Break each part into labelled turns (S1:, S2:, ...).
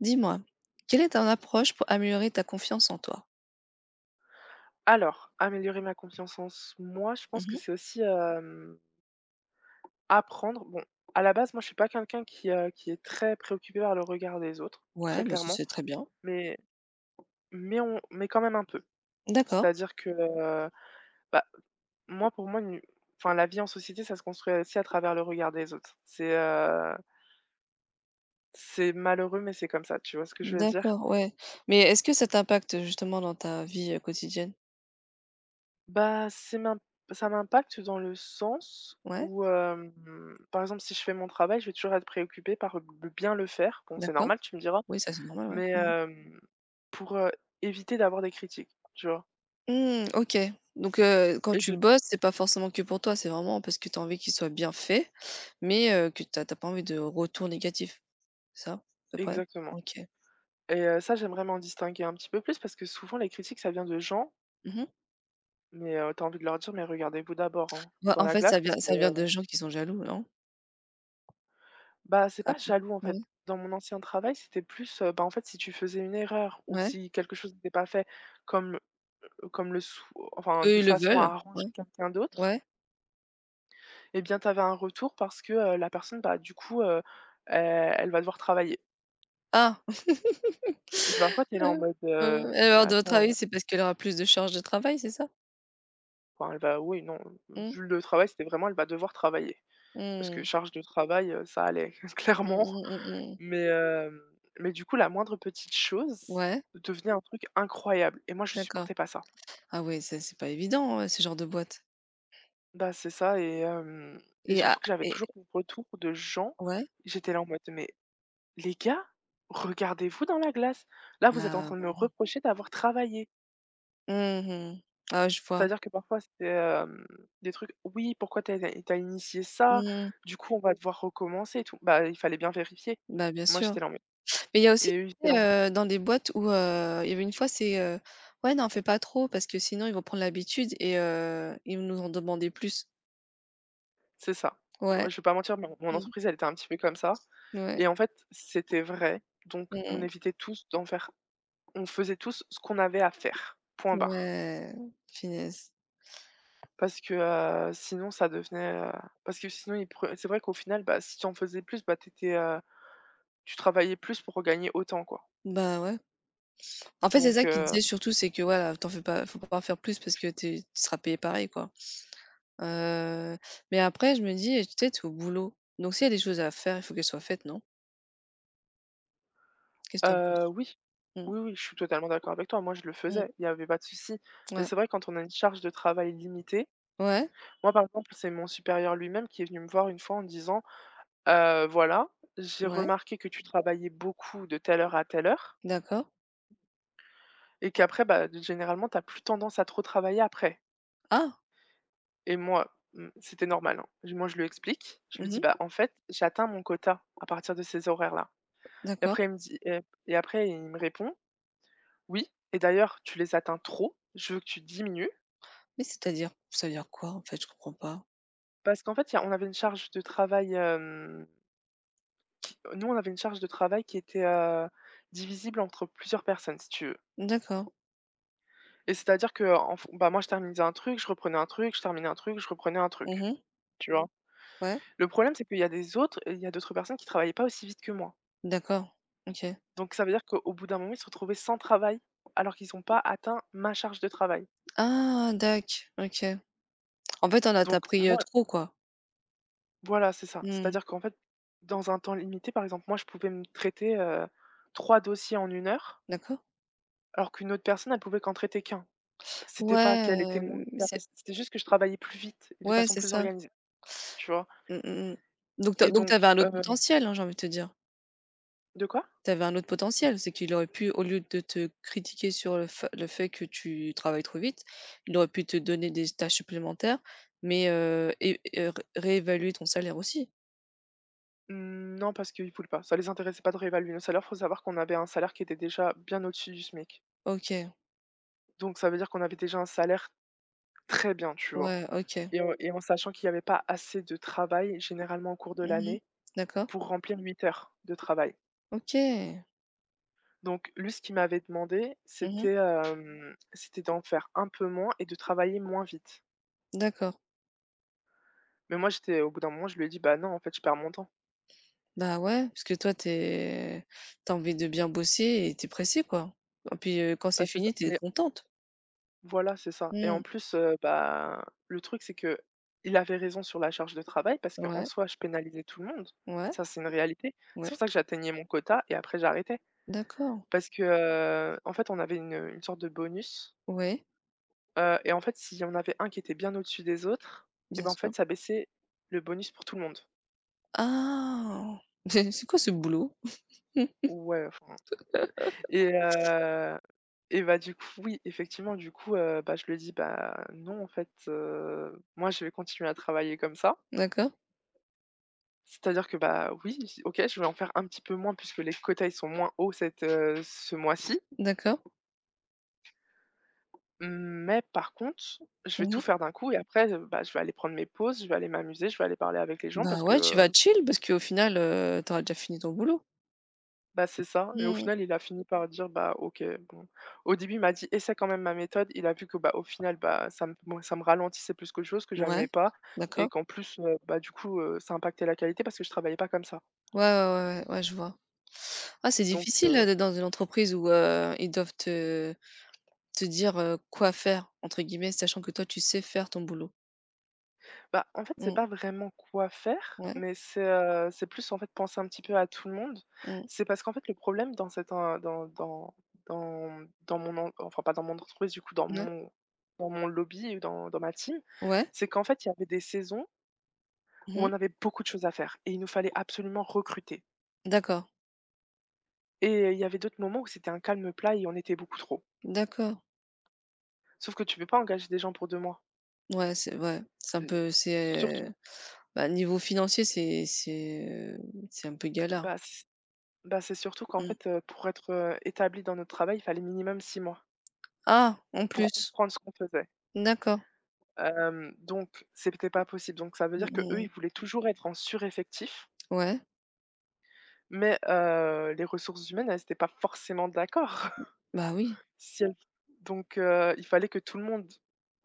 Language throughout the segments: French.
S1: Dis-moi, quelle est ton approche pour améliorer ta confiance en toi?
S2: Alors, améliorer ma confiance en s moi, je pense que
S1: Mmh.
S2: c'est aussi, apprendre bon, à la base, moi, je suis pas quelqu'un qui est très préoccupé par le regard des autres,
S1: Ouais,
S2: très
S1: bah, ça,
S2: clairement,
S1: c'est très bien.
S2: mais mais quand même un peu.
S1: D'accord,
S2: C'est-à-dire que, bah, moi, pour moi, une enfin, la vie en société, ça se construit aussi à travers le regard des autres. C'est malheureux, mais c'est comme ça, tu vois ce que je veux dire?
S1: d'accord, ouais. Mais est-ce que ça t'impacte justement dans ta vie, quotidienne?
S2: Bah, c'est m'im ça m'impacte dans le sens
S1: Ouais,
S2: où, par exemple, si je fais mon travail, je vais toujours être préoccupée par b bien le faire. Bon, c'est
S1: d'accord.
S2: normal, tu me diras,
S1: Oui, ça, c'est normal, ouais.
S2: mais,
S1: Mmh mh.
S2: pour, éviter d'avoir des critiques, tu vois?
S1: Mmh, OK. Donc, quand
S2: Et
S1: tu
S2: je
S1: bosses, c'est pas forcément que pour toi, c'est vraiment parce que tu as envie qu'il soit bien fait, mais, que t'as as pas envie de retour négatif, c'est ça, à peu près?
S2: Exactement.
S1: OK.
S2: Et ça, j'aimerais m'en distinguer un petit peu plus parce que souvent les critiques, ça vient de gens,
S1: Mmh mh.
S2: mais, tu envie de leur dire: «Mais regardez-vous d'abord, hein,
S1: Bah,
S2: dans
S1: en
S2: la
S1: fait,
S2: glace
S1: ça vient
S2: parce que».
S1: ça vient de gens qui sont jaloux, non?
S2: Bah, c'est
S1: Un
S2: pas jaloux en fait.
S1: Ouais,
S2: Dans mon ancien travail, c'était plus, bah, en fait, si tu faisais une erreur ou
S1: ouais.
S2: si quelque chose n'était pas fait comme, comme le sou enfin,
S1: Eux,
S2: de
S1: ils le
S2: façon à
S1: veulent. Ouais,
S2: arranger quelqu'un d'autre.
S1: ouais.
S2: Eh bien, tu avais un retour parce que, la personne, bah, du coup, e elle va devoir travailler
S1: Ah!
S2: et bah, en fait, tu est là en
S1: Heu,
S2: mode,
S1: et
S2: mais
S1: alors, de votre
S2: attends,
S1: avis, c'est parce qu'elle aura plus de charge de travail, c'est ça?
S2: enfin, elle va oui, non,
S1: Mmh.
S2: vu le travail, c'était vraiment elle va devoir travailler parce que
S1: Mmh.
S2: charge de travail, ça allait
S1: Mmh
S2: clairement.
S1: mh, mmh mh.
S2: Mais hem, mais du coup, la moindre petite chose
S1: Ouais,
S2: devenait un truc incroyable et moi je
S1: d'accord.
S2: supportais pas ça.
S1: Ah ouais, ça, c'est pas évident, ce genre de boîte
S2: Bah, c'est ça et
S1: et ah
S2: surtout que j'avais
S1: et
S2: toujours des retours de gens,
S1: ouais?
S2: j'étais là en mode: «Mais les gars, regardez-vous dans la glace. Là, vous êtes en
S1: Ah
S2: train de me
S1: non.
S2: reprocher d'avoir travaillé».
S1: Mmh mh. Ah, je vois.
S2: C'est-à-dire que parfois c'était, des trucs: «Oui, pourquoi tu as initié ça?
S1: Mmh.
S2: Du coup, on va devoir recommencer et tout». Bah, il fallait bien vérifier.
S1: Bah, bien
S2: Moi,
S1: sûr.
S2: j'étais là en mode
S1: Mais il y a aussi,
S2: et eux, ils étaient
S1: tu
S2: là
S1: sais,
S2: en.
S1: dans des boîtes où, il y avait une fois, c'est, «Ouais, n'en fais pas trop parce que sinon ils vont prendre l'habitude et ils vont nous en demander plus».
S2: C'est ça.
S1: Ouais.
S2: Ouais, je vais pas mentir, mon
S1: Mmh.
S2: entreprise, elle était un petit peu comme ça
S1: Ouais.
S2: et en fait, c'était vrai, donc
S1: Mmh
S2: on
S1: mh.
S2: évitait tous d'en faire on faisait tous ce qu'on avait à faire, point barre.
S1: Ouais, punaise.
S2: Parce que, sinon ça devenait, parce que sinon ils pre c'est vrai qu'au final, bah, si tu en faisais plus, bah, tu étais, tu travaillais plus pour gagner autant, quoi.
S1: Bah, ouais. En fait, c'est ça
S2: Donc
S1: qu'il disait surtout, c'est que voilà, t'en fais pas faut pas en faire plus parce que tu seras payé pareil, quoi. Heu, mais après je me dis, eh, tu sais, tu es au boulot, donc s'il y a des choses à faire, il faut qu'elles soient faites, non? Qu'est-ce que tu penses?
S2: oui,
S1: Mmh,
S2: oui, oui, je suis totalement d'accord avec toi. Moi, je le
S1: mmh,
S2: faisais, il y avait pas de souci. Mais
S1: ouais.
S2: c'est vrai quand on a une charge de travail limitée.
S1: Ouais,
S2: Moi, par exemple, c'est mon supérieur lui-même qui est venu me voir une fois en me disant. Voilà, j'ai
S1: ouais,
S2: remarqué que tu travaillais beaucoup de telle heure à telle heure
S1: d'accord.
S2: et qu'après, bah, généralement, tu plus tendance à trop travailler après
S1: Ah!
S2: et moi, c'était normal, hein. Je moi, je lui explique, je lui dis:
S1: Mmh,
S2: «Bah, en fait, j'atteins mon quota à partir de ces horaires-là» et
S1: d'accord.
S2: après il me dit et et après il me répond: «Oui et d'ailleurs, tu les atteins trop, je veux que tu diminues»
S1: Mais c'est-à-dire? Ça veut dire quoi, en fait? Je comprends pas.
S2: parce qu'en fait, il y a on avait une charge de travail, nous, on avait une charge de travail qui était, divisible entre plusieurs personnes, si tu veux.
S1: D'accord.
S2: Et c'est-à-dire qu'en f bah, moi, je terminais un truc, je reprenais un truc, je terminais un truc, je reprenais un truc,
S1: Mmh,
S2: tu vois?
S1: ouais,
S2: Le problème, c'est qu'il y a des autres il y a d'autres personnes qui travaillaient pas aussi vite que moi.
S1: d'accord. OK.
S2: Donc ça veut dire qu'au bout d'un moment, ils se retrouvaient sans travail, alors qu'ils ont pas atteint ma charge de travail.
S1: Ah dac, OK. En fait, on a tu
S2: Donc
S1: pris,
S2: moi
S1: trop, quoi.
S2: voilà, c'est ça.
S1: Mmh,
S2: C'est-à-dire qu'en fait, dans un temps limité, par exemple, moi, je pouvais me traiter, 3 dossiers en une heure,
S1: d'accord.
S2: alors qu'une autre personne, elle pouvait qu'en traiter qu'un. C'était pas
S1: Ouais,
S2: qu'elle était moins
S1: c'est
S2: capacitée, c'était juste que je travaillais plus vite et de
S1: ouais,
S2: façon
S1: c'est
S2: plus
S1: ça.
S2: organisée, tu vois?
S1: Mmh mh, mmh. Donc tu as
S2: Et
S1: donc tu avais
S2: donc,
S1: un autre potentiel, hein, j'ai envie de te dire.
S2: de quoi?
S1: Tu avais un autre potentiel, c'est qu'il aurait pu, au lieu de te critiquer sur le fait que tu travailles trop vite, il aurait pu te donner des tâches supplémentaires, mais et ré réévaluer ton salaire aussi?
S2: Mmh, non, parce qu'ils pouvaient pas. Ça les intéressait pas de réévaluer nos salaires. Faut savoir qu'on avait un salaire qui était déjà bien au-dessus du SMIC.
S1: OK,
S2: Donc ça veut dire qu'on avait déjà un salaire très bien, tu vois?
S1: ouais, OK.
S2: Et en sachant qu'il y avait pas assez de travail, généralement au cours de
S1: Mmh mh.
S2: l'année,
S1: D'accord.
S2: pour remplir 8 heures de travail.
S1: OK.
S2: Donc lui, ce qu'il m'avait demandé,
S1: Mmh mh.
S2: c'était d'en faire un peu moins et de travailler moins vite.
S1: D'accord.
S2: Mais moi, j'étais au bout d'un moment, je lui ai dit: «Bah non, en fait, je perds mon temps».
S1: Bah, ouais, parce que toi, tu as envie de bien bosser et tu es pressée, quoi. Et puis, quand c'est
S2: Bah, c'est ça.
S1: fini, tu es
S2: Mais
S1: contente.
S2: voilà, c'est ça et
S1: Mmh.
S2: en plus, bah, le truc, c'est que il avait raison sur la charge de travail parce qu'en
S1: Ouais,
S2: soi, je pénalisais tout le monde.
S1: ouais,
S2: Ça, c'est une réalité. C'est pour
S1: ouais.
S2: ça que j'atteignais mon quota et après j'arrêtais
S1: D'accord.
S2: parce que, en fait, on avait une sorte de bonus,
S1: Ouais.
S2: et en fait, s'il y en avait un qui était bien au-dessus des autres et
S1: Bien
S2: ben, en
S1: sûr.
S2: fait, ça baissait le bonus pour tout le monde.
S1: Ah! C'est quoi ce boulot?
S2: Ouais, enfin et heu et bah, du coup, oui, effectivement, du coup, bah, je lui ai dit: «Bah, non, en fait, moi, je vais continuer à travailler comme ça».
S1: D'accord,
S2: C'est-à-dire que, bah, oui, j OK, je vais en faire un petit peu moins puisque les quotas, ils sont moins hauts ce mois-ci.
S1: d'accord.
S2: Mais par contre, je vais tout
S1: Mmh.
S2: faire d'un coup et après, bah, je vais aller prendre mes pauses, je vais aller m'amuser, je vais aller parler avec les gens
S1: Bah,
S2: parce que,
S1: ouais, tu vas chill parce qu'au final, tu auras déjà fini ton boulot.
S2: bah, c'est ça et au
S1: Mmh.
S2: final, il a fini par dire: «Bah, OK, bon». Au début, il m'a dit: «Essaie quand même ma méthode». Il a vu que, bah, au final, bah, ça me moi, ça me ralentissait plus qu'autre chose, que
S1: Ouais,
S2: j'aimais pas et
S1: d'accord.
S2: qu'en plus, bah, du coup, ça impactait la qualité parce que je travaillais pas comme ça.
S1: Ouais, ouais, ouais, ouais, ouais, je vois. Ah, c'est
S2: Donc.
S1: difficile, d'être dans une entreprise où, ils doivent te dire, «quoi faire» entre guillemets, sachant que toi, tu sais faire ton boulot.
S2: Bah, en fait, c'est
S1: Mmh,
S2: pas vraiment quoi faire,
S1: ouais,
S2: mais c'est plus, en fait, penser un petit peu à tout le monde.
S1: mmh,
S2: C'est parce qu'en fait, le problème dans cette en dans dans dans dans mon en enfin, pas dans mon entreprise, du coup, dans
S1: ouais.
S2: mon dans mon lobby ou dans ma team,
S1: Ouais?
S2: c'est qu'en fait, il y avait des saisons où
S1: Mmh.
S2: on avait beaucoup de choses à faire et il nous fallait absolument recruter
S1: D'accord,
S2: et il y avait d'autres moments où c'était un calme plat et on était beaucoup trop.
S1: d'accord.
S2: Sauf que tu peux pas engager des gens pour 2 mois.
S1: Ouais, c'est un
S2: C'est
S1: peu c'est,
S2: surtout
S1: bah, niveau financier, heu, c'est un peu galère.
S2: bah, Bah, c'est surtout qu'en
S1: Mmh.
S2: fait, pour être, établi dans notre travail, il fallait minimum 6 mois
S1: Ah! En
S2: pour
S1: plus?
S2: comprendre ce qu'on faisait.
S1: D'accord.
S2: Donc c'était pas possible. Donc ça veut
S1: Mmh
S2: dire que
S1: mh
S2: eux,
S1: mh.
S2: ils voulaient toujours être en sureffectif,
S1: Ouais,
S2: mais les ressources humaines, elles étaient pas forcément d'accord.
S1: bah, oui.
S2: Si elles Donc il fallait que tout le monde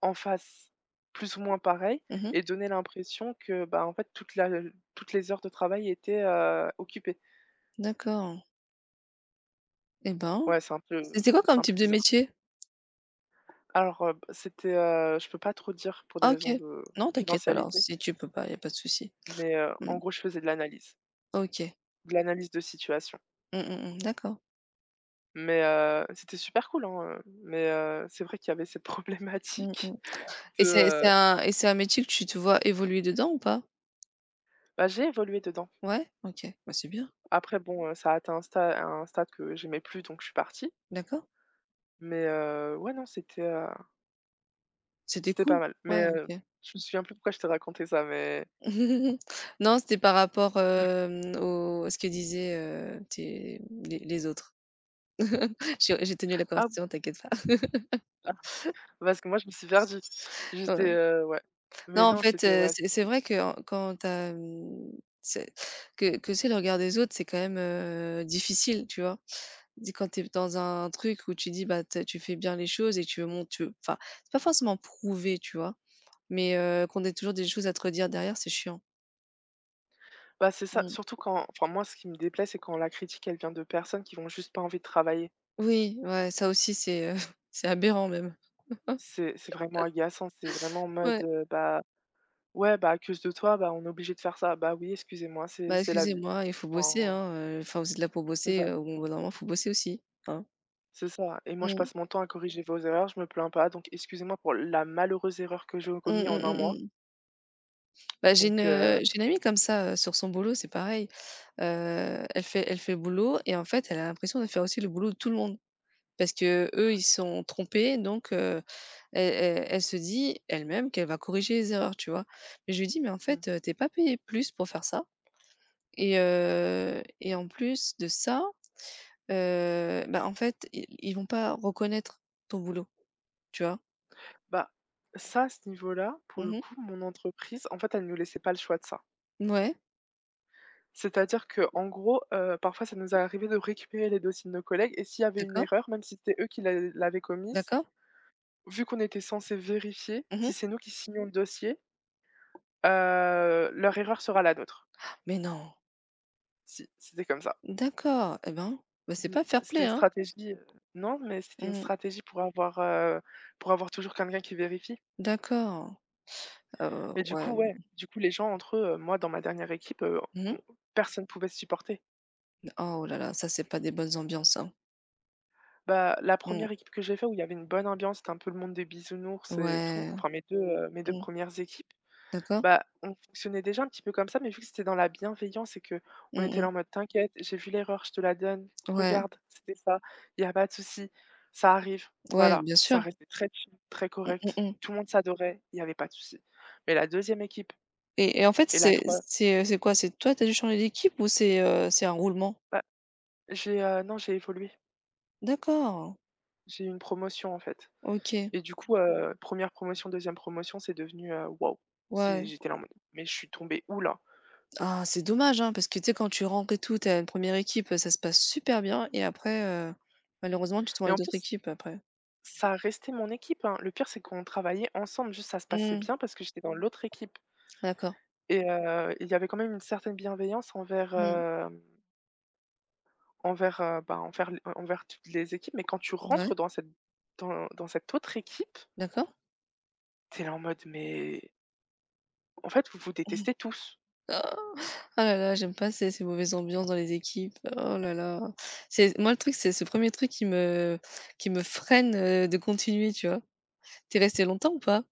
S2: en fasse plus ou moins pareil
S1: Mmh.
S2: et donner l'impression que, bah, en fait, toutes les heures de travail étaient, occupées.
S1: D'accord, et ben,
S2: Ouais,
S1: c'était quoi comme
S2: c'est un
S1: type
S2: peu
S1: de
S2: bizarre.
S1: métier?
S2: Alors, je peux pas trop dire pour des
S1: Ah,
S2: raisons
S1: OK.
S2: de
S1: Non, t'inquiète alors,
S2: confidentialité,
S1: si tu peux pas, y a pas de souci.
S2: mais,
S1: Mmh.
S2: en gros, je faisais de l'analyse,
S1: OK.
S2: de l'analyse de situation.
S1: Mmh mh mh. D'accord.
S2: Mais, c'était super cool, hein, mais, c'est vrai qu'il y avait cette
S1: Mmh mh.
S2: problématique
S1: et
S2: de,
S1: c'est c'est
S2: heu
S1: un et c'est un métier que tu te vois évoluer dedans ou pas?
S2: bah, j'ai évolué dedans.
S1: Ouais? OK. Bah, c'est bien.
S2: Après bon, ça a atteint un stade que j'aimais plus, donc je suis partie.
S1: D'accord.
S2: Mais, ouais, non, c'était, heu,
S1: C'était
S2: c'était
S1: cool?
S2: pas mal.
S1: Ouais,
S2: Mais,
S1: OK.
S2: je me souviens plus pourquoi je t'ai raconté ça, mais
S1: Non, c'était par rapport, au à ce que disaient, tes les autres. J'ai tenu la
S2: ah,
S1: conversation, t'inquiète pas.
S2: ah, parce que moi, je me suis perdue. J'étais,
S1: Ouais.
S2: ouais.
S1: Non,
S2: Mais
S1: en
S2: non,
S1: fait,
S2: c'était ouais.
S1: c'est vrai que, en quand t'as as, c'est que c'est le regard des autres, c'est quand même, difficile, tu vois? Dis quand tu es dans un truc où tu dis, bah, tu fais bien les choses et tu veux montrer, enfin, c'est pas forcément prouver, tu vois? Mais, qu'on ait toujours des choses à te redire derrière, c'est chiant.
S2: Bah, c'est ça,
S1: Mmh.
S2: surtout quand enfin moi ce qui me déplaît, c'est quand la critique elle vient de personnes qui ont juste pas envie de travailler.
S1: Oui, ouais, ça aussi, c'est aberrant même.
S2: C'est vraiment agaçant, c'est vraiment en
S1: Ouais.
S2: mode, bah, ouais, bah, à cause de toi, bah, on est obligé de faire ça. Bah oui, excusez-moi, c'est
S1: Bah,
S2: c'est la vie.
S1: excusez-moi, il faut
S2: Enfin,
S1: bosser, hein, enfin, vous êtes là pour
S2: c'est
S1: bosser,
S2: ça,
S1: au bout d'un moment, faut bosser aussi, hein?
S2: c'est ça et moi je
S1: Mmh.
S2: passe mon temps à corriger vos erreurs, je me plains pas, donc excusez-moi pour la malheureuse erreur que j'ai
S1: Mmh,
S2: commise
S1: mmh,
S2: en un
S1: mmh,
S2: mois.
S1: mmh. Bah, j'ai une,
S2: Donc,
S1: heu, j'ai une amie comme ça, sur son boulot, c'est pareil. Elle fait le boulot et en fait, elle a l'impression de faire aussi le boulot de tout le monde parce que eux, ils sont trompés donc elle se dit elle-même qu'elle va corriger les erreurs, tu vois? Mais je lui dis: «Mais en
S2: mmh,
S1: fait, tu pas payée plus pour faire ça et en plus de ça, bah, en fait, i ils vont pas reconnaître ton boulot», tu vois?
S2: bah, ça à ce niveau-là, pour
S1: Mmh
S2: le
S1: mh.
S2: coup, mon entreprise, en fait, elle ne nous laissait pas le choix de ça.
S1: Mouais,
S2: C'est-à-dire que en gros, parfois ça nous est arrivé de récupérer les dossiers de nos collègues et s'il y avait une
S1: d'accord,
S2: erreur, même si c'était eux qui l'avaient commise,
S1: d'accord.
S2: vu qu'on était censés vérifier,
S1: Mmh
S2: si
S1: mh.
S2: c'est nous qui signons le dossier, leur erreur sera la nôtre.
S1: Mais non?
S2: Si, c'était comme ça.
S1: D'accord, eh ben, bah, c'est
S2: Mmh,
S1: pas
S2: c'était
S1: fair-play,
S2: une
S1: hein?
S2: stratégie, non, mais c'était une
S1: Mmh.
S2: stratégie pour avoir toujours quelqu'un qui vérifie.
S1: D'accord. Heu,
S2: Mais du coup,
S1: ouais.
S2: ouais, du coup les gens entre eux, moi dans ma dernière équipe,
S1: Mmh mh.
S2: on personne pouvait se supporter.
S1: Oh là là, ça, c'est pas des bonnes ambiances, hein.
S2: Bah, la
S1: Mmh.
S2: première équipe que j'ai fait où il y avait une bonne ambiance, c'était un peu le monde des bisounours et tout,
S1: Ouais.
S2: enfin mes deux
S1: Mmh.
S2: premières équipes,
S1: D'accord.
S2: bah, on fonctionnait déjà un petit peu comme ça, mais vu que c'était dans la bienveillance et que on
S1: Mmh
S2: était là
S1: mh.
S2: en mode: «T'inquiète, j'ai vu l'erreur, je te la donne.
S1: Ouais,
S2: Regarde, c'était ça. Il y a pas de souci, ça arrive».
S1: ouais,
S2: Voilà,
S1: bien sûr.
S2: ça restait très chill, très
S1: Mmh, mmh,
S2: correct.
S1: mmh.
S2: Tout le monde s'adorait, il y avait pas de souci. Mais la deuxième équipe
S1: Et en fait,
S2: et la
S1: c'est
S2: 3
S1: c'est, heu, c'est quoi? C'est toi, tu as dû changer d'équipe ou c'est un roulement?
S2: bah, j'ai, non, j'ai évolué.
S1: D'accord,
S2: J'ai eu une promotion en fait.
S1: OK.
S2: Et du coup, 1 promotion, deuxième promotion, c'est devenu, waouh, c'est
S1: Ouais.
S2: j'étais là en mode: «Mais je suis tombée où là?»
S1: Ah, c'est dommage, hein, parce que tu sais, quand tu rentres et tout, t'as une première équipe, ça se passe super bien et après, malheureusement, tu tombes
S2: Mais
S1: avec
S2: en
S1: d'autres
S2: plus,
S1: équipes après.
S2: ça a resté mon équipe, hein. Le pire, c'est qu'on travaillait ensemble, juste ça se passait
S1: Mmh,
S2: bien parce que j'étais dans l'autre équipe
S1: d'accord.
S2: et il y avait quand même une certaine bienveillance
S1: Mmh.
S2: envers, envers l envers toutes les équipes. Mais quand tu
S1: Ouais,
S2: rentres dans cette dans dans cette autre équipe,
S1: d'accord.
S2: t'es là en mode: «Mais en fait, vous vous détestez tous».
S1: Ah! Ah là là, j'aime pas ces mauvaises ambiances dans les équipes. Oh là là. C'est moi, le truc, c'est ce premier truc qui me freine, de continuer, tu vois? T'es resté longtemps ou pas?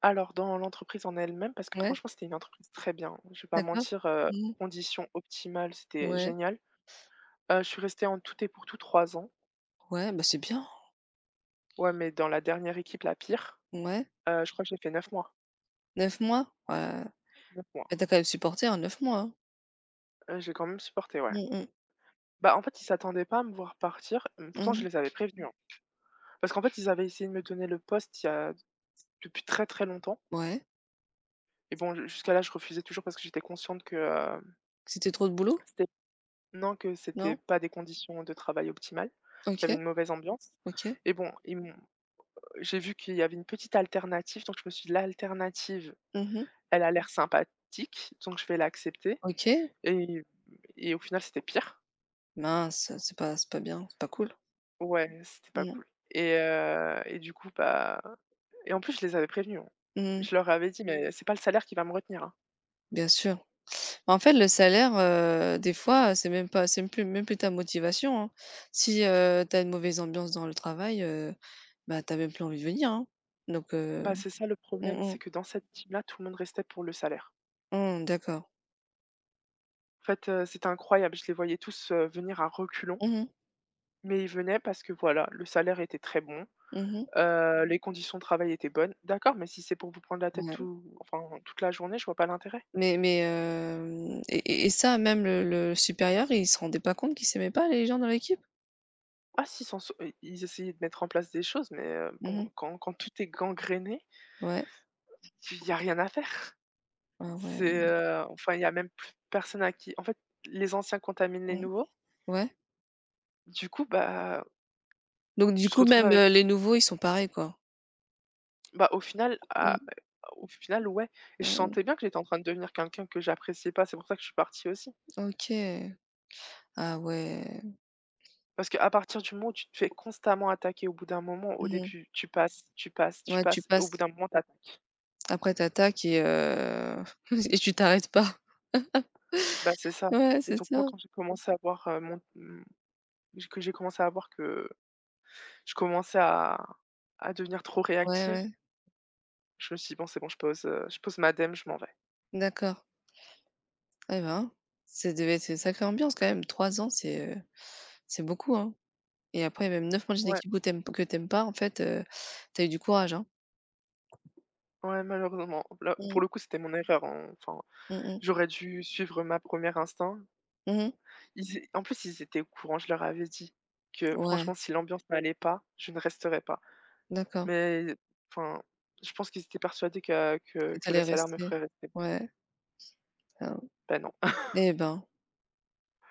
S2: Alors dans l'entreprise en elle-même, parce que
S1: Ouais,
S2: franchement c'était une entreprise très bien, hein, je vais pas
S1: d'accord.
S2: mentir,
S1: Mmh.
S2: conditions optimales, c'était
S1: Ouais,
S2: génial. Je suis restée en tout et pour tout 3 ans.
S1: ouais, bah, c'est bien.
S2: Ouais, mais dans la dernière équipe, la pire,
S1: Ouais,
S2: je crois que j'ai fait 9 mois.
S1: 9 mois? Ouais,
S2: 9
S1: bah,
S2: mois.
S1: tu quand même supporté, hein, 9 mois, hein?
S2: J'ai quand même supporté, ouais.
S1: Mmh mh.
S2: Bah, en fait, ils s'attendaient pas à me voir partir, mmh, pourtant je
S1: Mmh.
S2: les avais prévenus, hein. Parce qu'en fait, ils avaient essayé de me donner le poste il y a depuis très, très longtemps
S1: Ouais.
S2: et bon, jusqu'à là, je refusais toujours parce que j'étais consciente que,
S1: C'était trop de boulot?
S2: c'était non, que c'était
S1: Non?
S2: pas des conditions de travail optimales, qu'il y avait
S1: OK,
S2: une mauvaise ambiance
S1: OK.
S2: et bon, ils m'ont j'ai vu qu'il y avait une petite alternative, donc je me suis dit: «L'alternative,
S1: Mmh.
S2: elle a l'air sympathique, donc je vais l'accepter»
S1: OK.
S2: et et au final, c'était pire.
S1: Mince, c'est pas bien, c'est pas cool.
S2: Ouais, c'était pas
S1: Mmh.
S2: cool et du coup, et en plus, je les avais prévenus, hein.
S1: Mmh.
S2: Je leur avais dit: «Mais c'est pas le salaire qui va me retenir, hein».
S1: Bien sûr. En fait, le salaire, des fois, c'est même pas c'est même plus ta motivation, hein. Si, tu une mauvaise ambiance dans le travail, bah, t'as même plus envie de venir, hein. Donc,
S2: Bah, c'est ça le
S1: mmh
S2: problème,
S1: mh.
S2: c'est que dans cette team-là, tout le monde restait pour le salaire.
S1: Mmh, d'accord.
S2: En fait, c'était incroyable, je les voyais tous, venir à reculons.
S1: Mmh mh.
S2: Mais ils venaient parce que voilà, le salaire était très bon,
S1: Mmh.
S2: les conditions de travail étaient bonnes. D'accord, mais si c'est pour vous prendre la tête
S1: Ouais.
S2: tout enfin, toute la journée, je vois pas l'intérêt.
S1: Mais hem et ça, même le supérieur, il se rendait pas compte qu'il s'aimait pas, les gens dans l'équipe?
S2: Ah si, sans se i ils essayaient de mettre en place des choses, mais
S1: Mmh
S2: bon,
S1: mh.
S2: quand tout est gangréné,
S1: Ouais.
S2: il y a rien à faire.
S1: Ah ouais.
S2: C'est, enfin, il y a même plus personne à qui en fait, les anciens contaminent les
S1: Mmh.
S2: nouveaux.
S1: Ouais.
S2: Du coup, bah,
S1: Donc du
S2: tu te
S1: coup,
S2: retrouves
S1: même,
S2: avec
S1: les nouveaux, ils sont pareils, quoi?
S2: bah, au final, à
S1: Mmh.
S2: au final, ouais, et je
S1: Mmh.
S2: sentais bien que j'étais en train de devenir quelqu'un que j'appréciais pas, c'est pour ça que je suis partie aussi.
S1: OK. Ah ouais.
S2: Parce qu'à partir du moment où tu te fais constamment attaquer, au bout d'un moment, au
S1: Mmh.
S2: début, tu
S1: Ouais, tu
S2: passes, et au bout
S1: passes.
S2: d'un moment, t'attaques.
S1: Après, tu et et tu t'arrêtes pas.
S2: Bah, c'est ça.
S1: Ouais,
S2: Et
S1: c'est
S2: donc moi,
S1: ça.
S2: quand j'ai commencé à voir, mon mmh, que j'ai commencé à voir que je commençais à devenir trop
S1: Ouais,
S2: réactive,
S1: ouais.
S2: je me suis dit: «Bon, c'est bon, je pose ma dème, je m'en vais».
S1: D'accord. Eh ben, ça devait être une sacrée ambiance quand même. Trois ans, c'est beaucoup, hein et après même 9 matchs
S2: Ouais,
S1: d'équipe où tu aimes que t'aimes pas, en fait, tu eu du courage, hein?
S2: ouais, malheureusement. Là, pour
S1: Mmh.
S2: le coup, c'était mon erreur, hein, enfin,
S1: Mmh mh.
S2: j'aurais dû suivre ma première instinct.
S1: Mmh.
S2: Ils é en plus, ils étaient au courant, je leur avais dit que
S1: Ouais,
S2: franchement, si l'ambiance n'allait pas, je ne resterais pas.
S1: d'accord.
S2: Mais enfin, je pense qu'ils étaient persuadés que
S1: Et tu
S2: le salaire me
S1: rester.
S2: ferait rester.
S1: Ouais. Ah,
S2: Bah, non.
S1: eh ben.